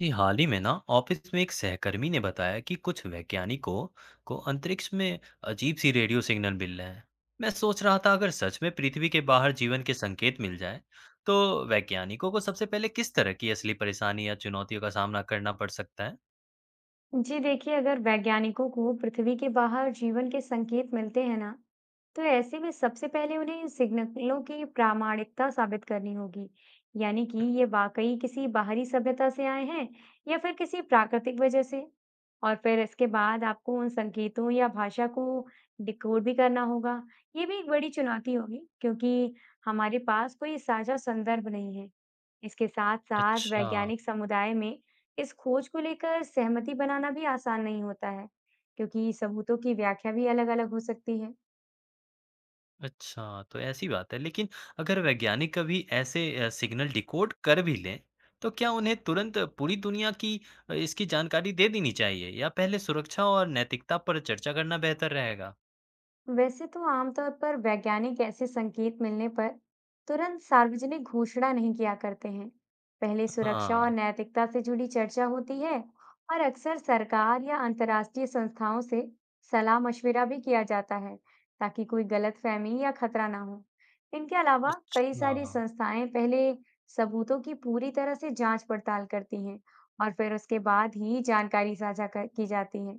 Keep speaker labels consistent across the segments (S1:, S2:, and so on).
S1: जी हाल ही में ना ऑफिस में एक सहकर्मी ने बताया कि कुछ वैज्ञानिकों को अंतरिक्ष में अजीब सी रेडियो सिग्नल मिल रहे हैं। मैं सोच रहा था अगर सच में पृथ्वी के बाहर जीवन के संकेत मिल जाए तो वैज्ञानिकों को सबसे पहले किस तरह की असली परेशानी या चुनौतियों का सामना करना पड़ सकता है।
S2: जी देखिए, अगर वैज्ञानिकों को पृथ्वी के बाहर जीवन के संकेत मिलते हैं ना, तो ऐसे में सबसे पहले उन्हें इन सिग्नलों की प्रामाणिकता साबित करनी होगी। यानी कि ये वाकई किसी बाहरी सभ्यता से आए हैं या फिर किसी प्राकृतिक वजह से। और फिर इसके बाद आपको उन संकेतों या भाषा को डिकोड भी करना होगा। ये भी एक बड़ी चुनौती होगी, क्योंकि हमारे पास कोई साझा संदर्भ नहीं है। इसके साथ साथ
S1: अच्छा।
S2: वैज्ञानिक समुदाय में इस खोज को लेकर सहमति बनाना भी आसान नहीं होता है, क्योंकि सबूतों की व्याख्या भी अलग-अलग हो सकती है।
S1: अच्छा, तो ऐसी बात है। लेकिन अगर वैज्ञानिक कभी ऐसे सिग्नल डिकोड कर भी लें, तो क्या उन्हें तुरंत पूरी दुनिया की इसकी जानकारी दे देनी चाहिए या पहले सुरक्षा और नैतिकता पर चर्चा करना बेहतर रहेगा?
S2: वैसे तो आमतौर पर वैज्ञानिक ऐसे संकेत मिलने पर तुरंत सार्वजनिक घोषणा नहीं किया करते हैं। पहले सुरक्षा और
S1: हाँ।
S2: नैतिकता से जुड़ी चर्चा होती है, और अक्सर सरकार या अंतर्राष्ट्रीय संस्थाओं से सलाह मशविरा भी किया जाता है, ताकि कोई गलतफहमी या खतरा ना हो। इनके अलावा कई
S1: अच्छा।
S2: सारी संस्थाएं पहले सबूतों की पूरी तरह से जांच पड़ताल करती हैं, और फिर उसके बाद ही जानकारी साझा की जाती है।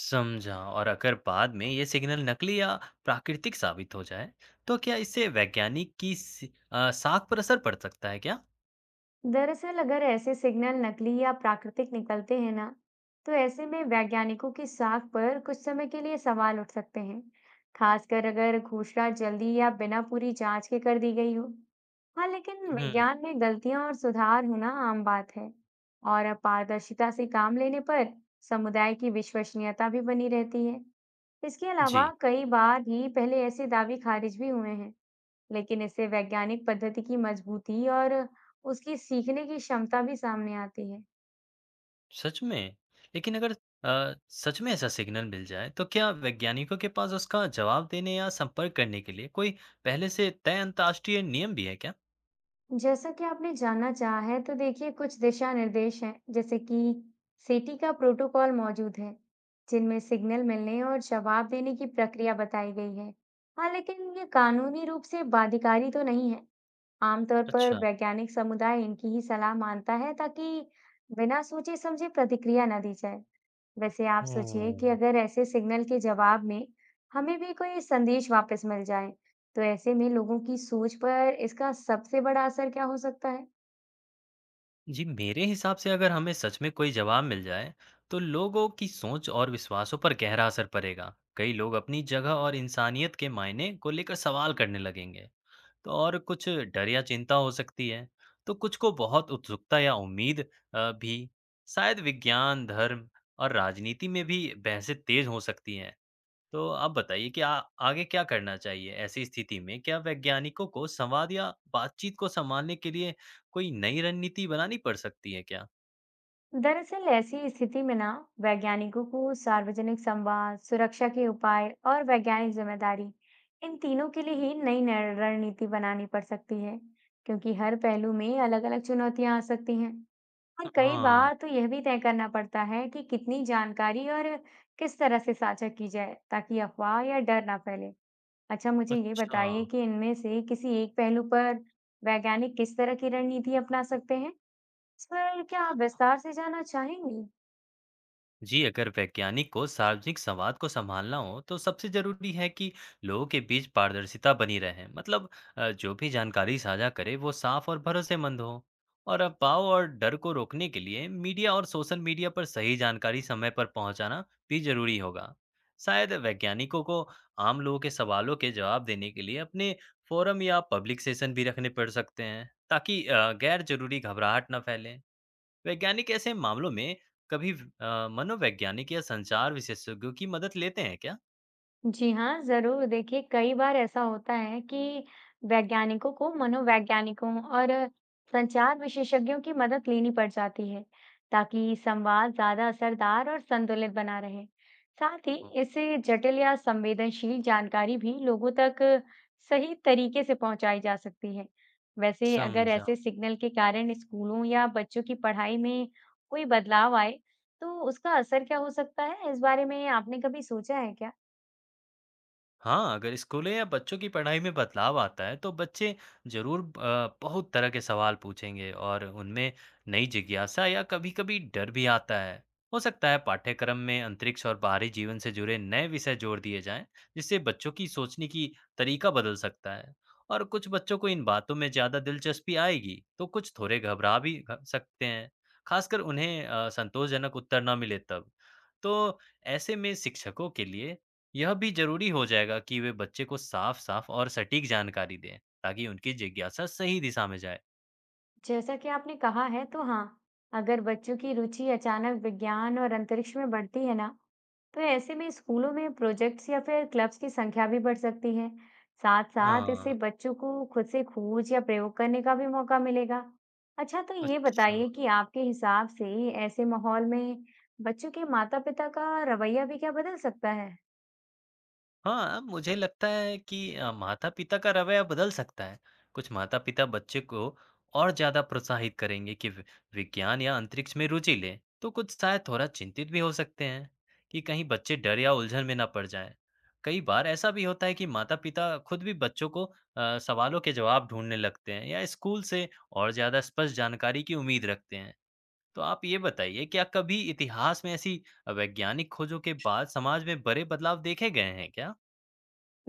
S1: समझा। और अगर बाद में ये सिग्नल नकली या प्राकृतिक साबित हो जाए, तो क्या इससे वैज्ञानिक की साख पर असर पड़ सकता है क्या?
S2: दरअसल अगर ऐसे सिग्नल नकली या प्राकृतिक निकलते हैं ना, तो ऐसे में वैज्ञानिकों की साख पर कुछ समय के लिए सवाल उठ सकते हैं, खासकर अगर घोषणा जल्दी या बिना पूरी जांच के कर दी गई हो। हाँ, लेकिन
S1: हम्म।
S2: विज्ञान में गलतियां और सुधार होना आम बात है, और अपारदर्शिता से काम लेने पर समुदाय की विश्वसनीयता भी बनी रहती है। इसके अलावा
S1: जी।
S2: कई बार ही पहले ऐसे दावे खारिज भी हुए हैं। लेकिन इससे वैज्ञानिक पद्धति की मजबूती और उसकी सीखने की क्षमता भी सामने आती है।
S1: सच में? लेकिन अगर सच में ऐसा सिग्नल मिल जाए, तो क्या वैज्ञानिकों के पास उसका जवाब देने या संपर्क करने के लिए कोई पहले से तय अंतर्राष्ट्रीय नियम भी है क्या?
S2: जैसा कि आपने जानना चाहा है, तो देखिए, कुछ दिशा निर्देश हैं, जैसे कि सीटी का प्रोटोकॉल मौजूद है, जिनमें सिग्नल मिलने और जवाब देने की प्रक्रिया बताई गई है। हाँ, लेकिन ये कानूनी रूप से बाध्यकारी तो नहीं है, आमतौर पर
S1: अच्छा।
S2: वैज्ञानिक समुदाय इनकी ही सलाह मानता है, ताकि बिना सोचे समझे प्रतिक्रिया ना दी जाए। वैसे आप सोचिए कि
S1: हम्म।
S2: अगर ऐसे सिग्नल के जवाब में हमें भी कोई संदेश वापस मिल जाए, तो ऐसे में लोगों की सोच पर इसका सबसे बड़ा असर क्या हो सकता है?
S1: जी मेरे हिसाब से अगर हमें सच में कोई जवाब मिल जाए तो लोगों की सोच और विश्वासों पर गहरा असर पड़ेगा। कई लोग अपनी जगह और इंसानियत के मायने को लेकर सवाल करने लगेंगे। तो और कुछ डर या चिंता हो सकती है, तो कुछ को बहुत उत्सुकता या उम्मीद भी। शायद विज्ञान धर्म और राजनीति में भी बहसें तेज हो सकती हैं। तो आप बताइए कि आगे क्या करना चाहिए ऐसी स्थिति में? क्या वैज्ञानिकों को संवाद या बातचीत को संभालने के लिए कोई नई रणनीति बनानी पड़ सकती है क्या?
S2: दरअसल ऐसी स्थिति में ना, वैज्ञानिकों को सार्वजनिक संवाद, सुरक्षा के उपाय और वैज्ञानिक जिम्मेदारी, इन तीनों के लिए ही नई रणनीति बनानी पड़ सकती है, क्योंकि हर पहलू में अलग-अलग चुनौतियां आ सकती हैं, और कई
S1: हाँ।
S2: बार तो यह भी तय करना पड़ता है कि कितनी जानकारी और किस तरह से साझा की जाए, ताकि अफवाह या डर ना फैले। अच्छा, मुझे ये
S1: अच्छा।
S2: बताइए कि इनमें से किसी एक पहलू पर वैज्ञानिक किस तरह की रणनीति अपना सकते हैं? इस पर क्या आप विस्तार से जाना चाहेंगी?
S1: जी अगर वैज्ञानिक को सार्वजनिक संवाद को संभालना हो तो सबसे जरूरी है कि लोगों के बीच पारदर्शिता बनी रहे। मतलब जो भी जानकारी साझा करे वो साफ और भरोसेमंद हो और अफवाह और डर को रोकने के लिए मीडिया और सोशल मीडिया पर सही जानकारी समय पर पहुंचाना भी जरूरी होगा। शायद वैज्ञानिकों को आम लोगों के सवालों के जवाब देने के लिए अपने फोरम या पब्लिक सेशन भी रखने पड़ सकते हैं ताकि गैर जरूरी घबराहट ना फैले। वैज्ञानिक ऐसे मामलों में कभी मनोवैज्ञानिक या संचार विशेषज्ञों की मदद लेते हैं क्या?
S2: जी हाँ, ज़रूर। देखिए, कई बार ऐसा होता है कि वैज्ञानिकों को मनोवैज्ञानिकों और संचार विशेषज्ञों की मदद लेनी पड़ जाती है, ताकि संवाद ज़्यादा असरदार और संतुलित बना रहे। साथ ही,
S1: हम्म।
S2: इससे जटिल या संवेदनशील जानकारी भी लोगों तक सही तरीके से पहुंचाई जा सकती है। वैसे, अगर
S1: समझा।
S2: ऐसे सिग्नल के कारण स्कूलों या बच्चों की पढ़ाई में कोई बदलाव आए, तो उसका असर क्या हो सकता है? इस बारे में आपने कभी सोचा है क्या?
S1: हाँ, अगर स्कूलें या बच्चों की पढ़ाई में बदलाव आता है तो बच्चे जरूर बहुत तरह के सवाल पूछेंगे और उनमें नई जिज्ञासा या कभी-कभी डर भी आता है। हो सकता है पाठ्यक्रम में अंतरिक्ष और बाहरी जीवन से जुड़े नए विषय जोड़ दिए जाएं, जिससे बच्चों की सोचने की तरीका बदल सकता है। और कुछ बच्चों को इन बातों में ज़्यादा दिलचस्पी आएगी, तो कुछ थोड़े सकते हैं, खासकर उन्हें संतोषजनक उत्तर ना मिले तब। तो ऐसे में शिक्षकों के लिए यह भी ज़रूरी हो जाएगा कि वे बच्चे को साफ-साफ और सटीक जानकारी दें, ताकि उनकी जिज्ञासा सही दिशा में जाए।
S2: जैसा कि आपने कहा है, तो हाँ, अगर बच्चों की रुचि अचानक विज्ञान और अंतरिक्ष में बढ़ती है ना, तो ऐसे में स्कूलों में प्रोजेक्ट्स या फिर क्लब्स की संख्या भी बढ़ सकती है। साथ साथ
S1: हाँ।
S2: इससे बच्चों को खुद से खोज या प्रयोग करने का भी मौका मिलेगा। अच्छा, तो ये
S1: अच्छा।
S2: बताइए कि आपके हिसाब से ऐसे माहौल में बच्चों के माता-पिता का रवैया भी क्या बदल सकता है?
S1: हाँ, मुझे लगता है कि माता-पिता का रवैया बदल सकता है। कुछ माता-पिता बच्चे को और ज़्यादा प्रोत्साहित करेंगे कि वि विज्ञान या अंतरिक्ष में रुचि लें, तो कुछ शायद थोड़ा चिंतित भी हो सकते हैं कि कहीं बच्चे डर या उलझन में ना पड़ जाएँ। कई बार ऐसा भी होता है कि माता-पिता खुद भी बच्चों को सवालों के जवाब ढूँढने लगते हैं या स्कूल से और ज़्यादा स्पष्ट जानकारी की उम्मीद रखते हैं। तो आप ये बताइए, क्या कभी इतिहास में ऐसी वैज्ञानिक खोजों के बाद समाज में बड़े बदलाव देखे गए हैं क्या?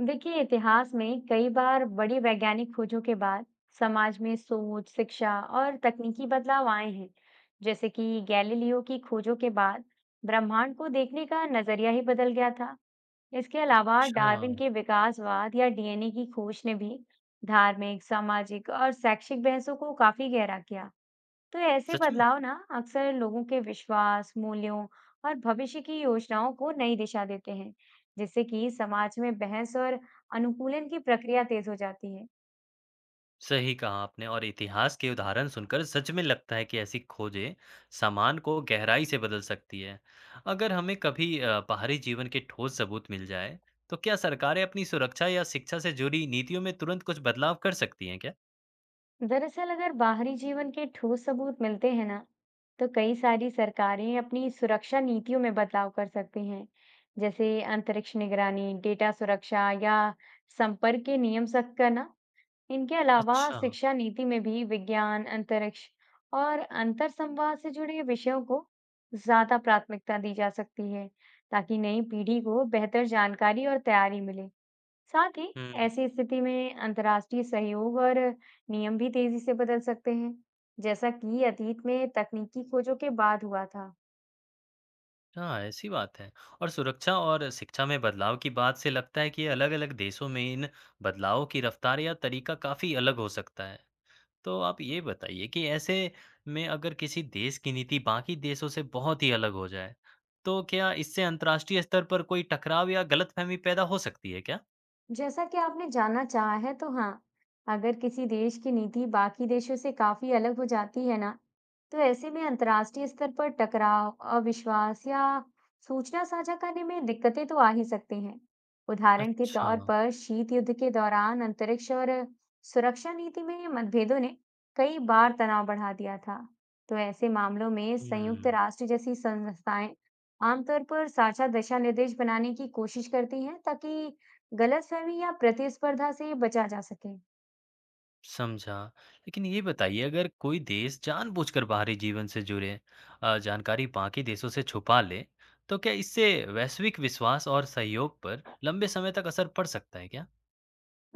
S2: देखिए, इतिहास में कई बार बड़ी वैज्ञानिक खोजों के बाद समाज में सोच, शिक्षा और तकनीकी बदलाव आए हैं, जैसे कि गैलीलियो की खोजों के बाद ब्रह्मांड को देखने का नजरिया ही बदल गया था। इसके अलावा
S1: अच्छा।
S2: डार्विन के विकासवाद या डीएनए की खोज ने भी धार्मिक, सामाजिक और शैक्षिक बहसों को काफी गहरा किया। तो ऐसे
S1: सच में?
S2: बदलाव ना अक्सर लोगों के विश्वास, मूल्यों और भविष्य की योजनाओं को नई दिशा देते हैं, जिससे कि समाज में बहस और अनुकूलन की प्रक्रिया तेज हो जाती है।
S1: सही कहा आपने। और इतिहास के उदाहरण सुनकर सच में लगता है कि ऐसी खोजें सामान को गहराई से बदल सकती है। अगर हमें कभी बाहरी जीवन के ठोस सबूत मिल जाए, तो क्या सरकारें अपनी सुरक्षा या शिक्षा से जुड़ी नीतियों में तुरंत कुछ बदलाव कर सकती हैं क्या?
S2: दरअसल अगर बाहरी जीवन के ठोस सबूत मिलते हैं ना, तो कई सारी सरकारें अपनी सुरक्षा नीतियों में बदलाव कर सकती हैं, जैसे अंतरिक्ष निगरानी, डेटा सुरक्षा या संपर्क के नियम सख्त करना। इनके अलावा
S1: अच्छा।
S2: शिक्षा नीति में भी विज्ञान, अंतरिक्ष और अंतर संवाद से जुड़े विषयों को ज्यादा प्राथमिकता दी जा सकती है, ताकि नई पीढ़ी को बेहतर जानकारी और तैयारी मिले। साथ ही
S1: हुँ।
S2: ऐसी स्थिति में अंतर्राष्ट्रीय सहयोग और नियम भी तेजी से बदल सकते हैं, जैसा कि अतीत में तकनीकी खोजों के बाद हुआ था।
S1: हाँ, ऐसी बात है। और सुरक्षा और शिक्षा में बदलाव की बात से लगता है कि अलग-अलग देशों में इन बदलावों की रफ्तार या तरीका काफ़ी अलग हो सकता है। तो आप ये बताइए कि ऐसे में अगर किसी देश की नीति बाकी देशों से बहुत ही अलग हो जाए, तो क्या इससे अंतर्राष्ट्रीय स्तर पर कोई टकराव या गलतफहमी पैदा हो सकती है क्या?
S2: जैसा कि आपने जानना चाहा है, तो हाँ, अगर किसी देश की नीति बाकी देशों से काफी अलग हो जाती है ना, तो ऐसे में अंतर्राष्ट्रीय स्तर पर टकराव, अविश्वास या सूचना साझा करने में दिक्कतें तो आ ही सकती हैं। उदाहरण के
S1: अच्छा।
S2: तौर पर शीत युद्ध के दौरान अंतरिक्ष और सुरक्षा नीति में मतभेदों ने कई बार तनाव बढ़ा दिया था। तो ऐसे मामलों में संयुक्त
S1: हुँ।
S2: राष्ट्र जैसी संस्थाएं आमतौर पर साझा दिशा निर्देश बनाने की कोशिश करती हैं, ताकि गलतफहमी या प्रतिस्पर्धा से बचा जा सके।
S1: समझा। लेकिन ये बताइए अगर कोई देश जानबूझकर बाहरी जीवन से जुड़े जानकारी बाकी देशों से छुपा ले, तो क्या इससे वैश्विक विश्वास और सहयोग पर लंबे समय तक असर पड़ सकता है क्या?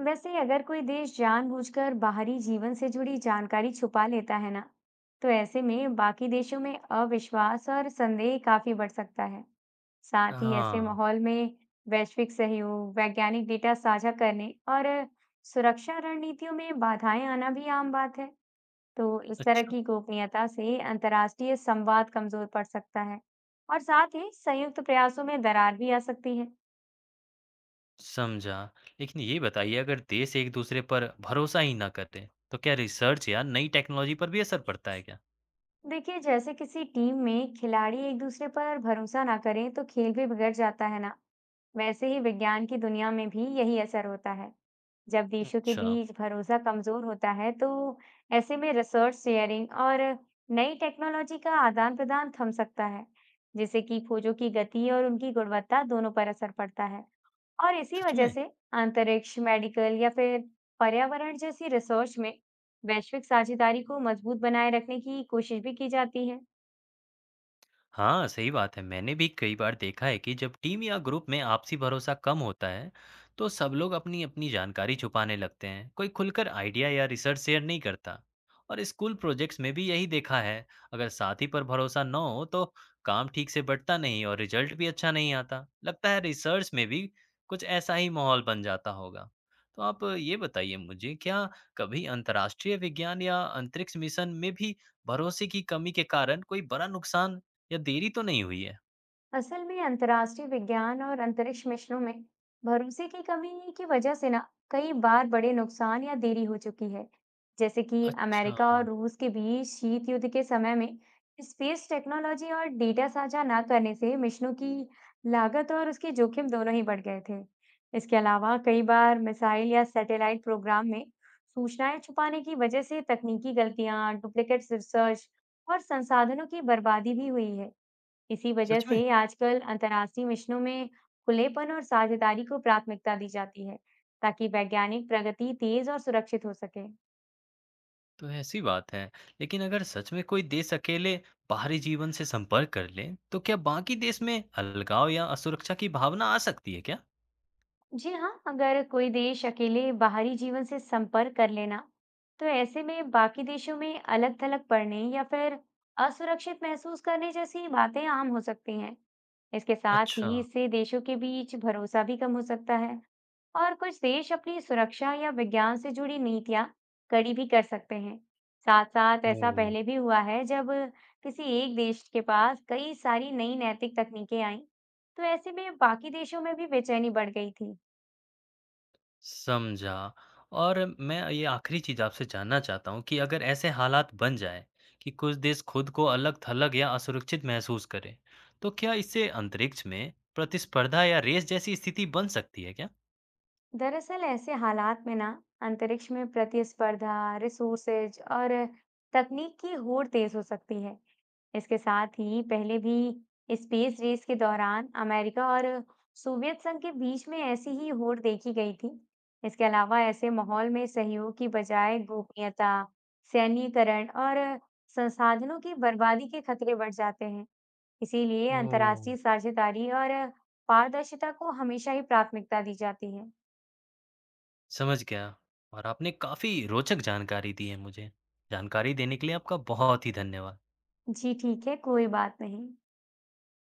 S2: वैसे अगर कोई देश जानबूझकर बाहरी जीवन से जुड़ी जानकारी छुपा लेता है ना, तो ऐसे में बाकी देशों में अविश्वास और संदेह काफी बढ़ सकता है। साथ ही ऐसे
S1: हाँ।
S2: माहौल में वैश्विक सहयोग, वैज्ञानिक डेटा साझा करने और सुरक्षा रणनीतियों में बाधाएं आना भी आम बात है। तो इस तरह
S1: अच्छा।
S2: की गोपनीयता से अंतर्राष्ट्रीय संवाद कमजोर पड़ सकता है, और साथ ही संयुक्त प्रयासों में दरार भी आ सकती है।
S1: समझा। लेकिन ये बताइए अगर देश एक-दूसरे पर भरोसा ही ना करें, तो क्या रिसर्च या नई टेक्नोलॉजी पर भी असर पड़ता है क्या?
S2: देखिए, जैसे किसी टीम में खिलाड़ी एक दूसरे पर भरोसा ना करें, तो खेल भी बिगड़ जाता है ना, वैसे ही विज्ञान की दुनिया में भी यही असर होता है। जब देशों के
S1: अच्छा।
S2: बीच भरोसा कमजोर होता है, तो ऐसे में रिसर्च शेयरिंग और नई टेक्नोलॉजी का आदान प्रदान थम सकता है, जिससे कि खोजों की गति और उनकी गुणवत्ता दोनों पर असर पड़ता है। और इसी
S1: सच
S2: वजह
S1: में?
S2: से अंतरिक्ष, मेडिकल या फिर पर्यावरण जैसी रिसर्च में वैश्विक साझेदारी को मजबूत बनाए रखने की कोशिश भी की जाती है।
S1: हाँ, सही बात है। मैंने भी कई बार देखा है कि जब टीम या ग्रुप में आपसी भरोसा कम होता है, तो सब लोग अपनी-अपनी जानकारी छुपाने लगते हैं। कोई खुलकर आइडिया या रिसर्च शेयर नहीं करता। और स्कूल प्रोजेक्ट्स में भी यही देखा है, अगर साथी पर भरोसा न हो, तो काम ठीक से बंटता नहीं और रिजल्ट भी अच्छा नहीं आता। लगता है रिसर्च में भी कुछ ऐसा ही माहौल बन जाता होगा। तो आप ये बताइए मुझे, क्या कभी अंतर्राष्ट्रीय विज्ञान या अंतरिक्ष मिशन में भी भरोसे की कमी के कारण कोई बड़ा नुकसान या देरी तो नहीं हुई है?
S2: असल में अंतर्राष्ट्रीय विज्ञान और अंतरिक्ष मिशनों में भरोसे की कमी की वजह से ना कई बार बड़े नुकसान या देरी हो चुकी है, जैसे कि
S1: अच्छा।
S2: अमेरिका और रूस के बीच शीत युद्ध के समय में स्पेस टेक्नोलॉजी और डेटा साझा ना करने से मिशनों की लागत और उसके जोखिम दोनों ही बढ़ गए थे। इसके अलावा कई बार मिसाइल या सैटेलाइट प्रोग्राम में सूचनाएं छुपाने की वजह से तकनीकी गलतियां, डुप्लीकेट रिसर्च और संसाधनों की बर्बादी भी हुई है। इसी वजह
S1: सच
S2: से
S1: में?
S2: आजकल अंतर्राष्ट्रीय मिशनों में खुलेपन और साझेदारी को प्राथमिकता दी जाती है, ताकि वैज्ञानिक प्रगति तेज और सुरक्षित हो सके।
S1: तो ऐसी बात है। लेकिन अगर सच में कोई देश अकेले बाहरी जीवन से संपर्क कर ले, तो क्या बाकी देश में अलगाव या असुरक्षा की भावना आ सकती है क्या?
S2: जी हाँ, अगर कोई देश अकेले बाहरी जीवन से संपर्क कर लेना, तो ऐसे में बाकी देशों में अलग-थलग पड़ने या फिर असुरक्षित महसूस करने जैसी बातें आम हो सकती हैं। इसके साथ
S1: अच्छा।
S2: ही इससे देशों के बीच भरोसा भी कम हो सकता है। और कुछ देश अपनी सुरक्षा या विज्ञान से जुड़ी नीतियां कड़ी भी कर सकते हैं। साथ साथ ऐसा
S1: ओह!
S2: पहले भी हुआ है, जब किसी एक देश के पास कई सारी नई नैतिक तकनीकें आईं, तो ऐसे में बाकी देशों में भी बेचैनी बढ़ गई थी।
S1: समझा। और मैं ये आखिरी चीज़ आपसे जानना चाहता हूँ कि अगर ऐसे हालात बन जाए कि कुछ देश खुद को अलग-थलग या असुरक्षित महसूस करें, तो क्या इससे अंतरिक्ष में प्रतिस्पर्धा या रेस जैसी स्थिति बन सकती है क्या?
S2: दरअसल ऐसे हालात में ना अंतरिक्ष में प्रतिस्पर्धा, रिसोर्सेज और तकनीक की होड़ तेज हो सकती है। इसके साथ ही पहले भी स्पेस रेस के दौरान अमेरिका और सोवियत संघ के बीच में ऐसी ही होड़ देखी गई थी। इसके अलावा ऐसे माहौल में सहयोग की बजाय गोपनीयता, सैन्यीकरण और संसाधनों की बर्बादी के खतरे बढ़ जाते हैं। इसीलिए
S1: ओह!
S2: अंतर्राष्ट्रीय साझेदारी और पारदर्शिता को हमेशा ही प्राथमिकता दी जाती है।
S1: समझ गया। और आपने काफ़ी रोचक जानकारी दी है मुझे। जानकारी देने के लिए आपका बहुत ही धन्यवाद।
S2: जी ठीक है, कोई बात नहीं।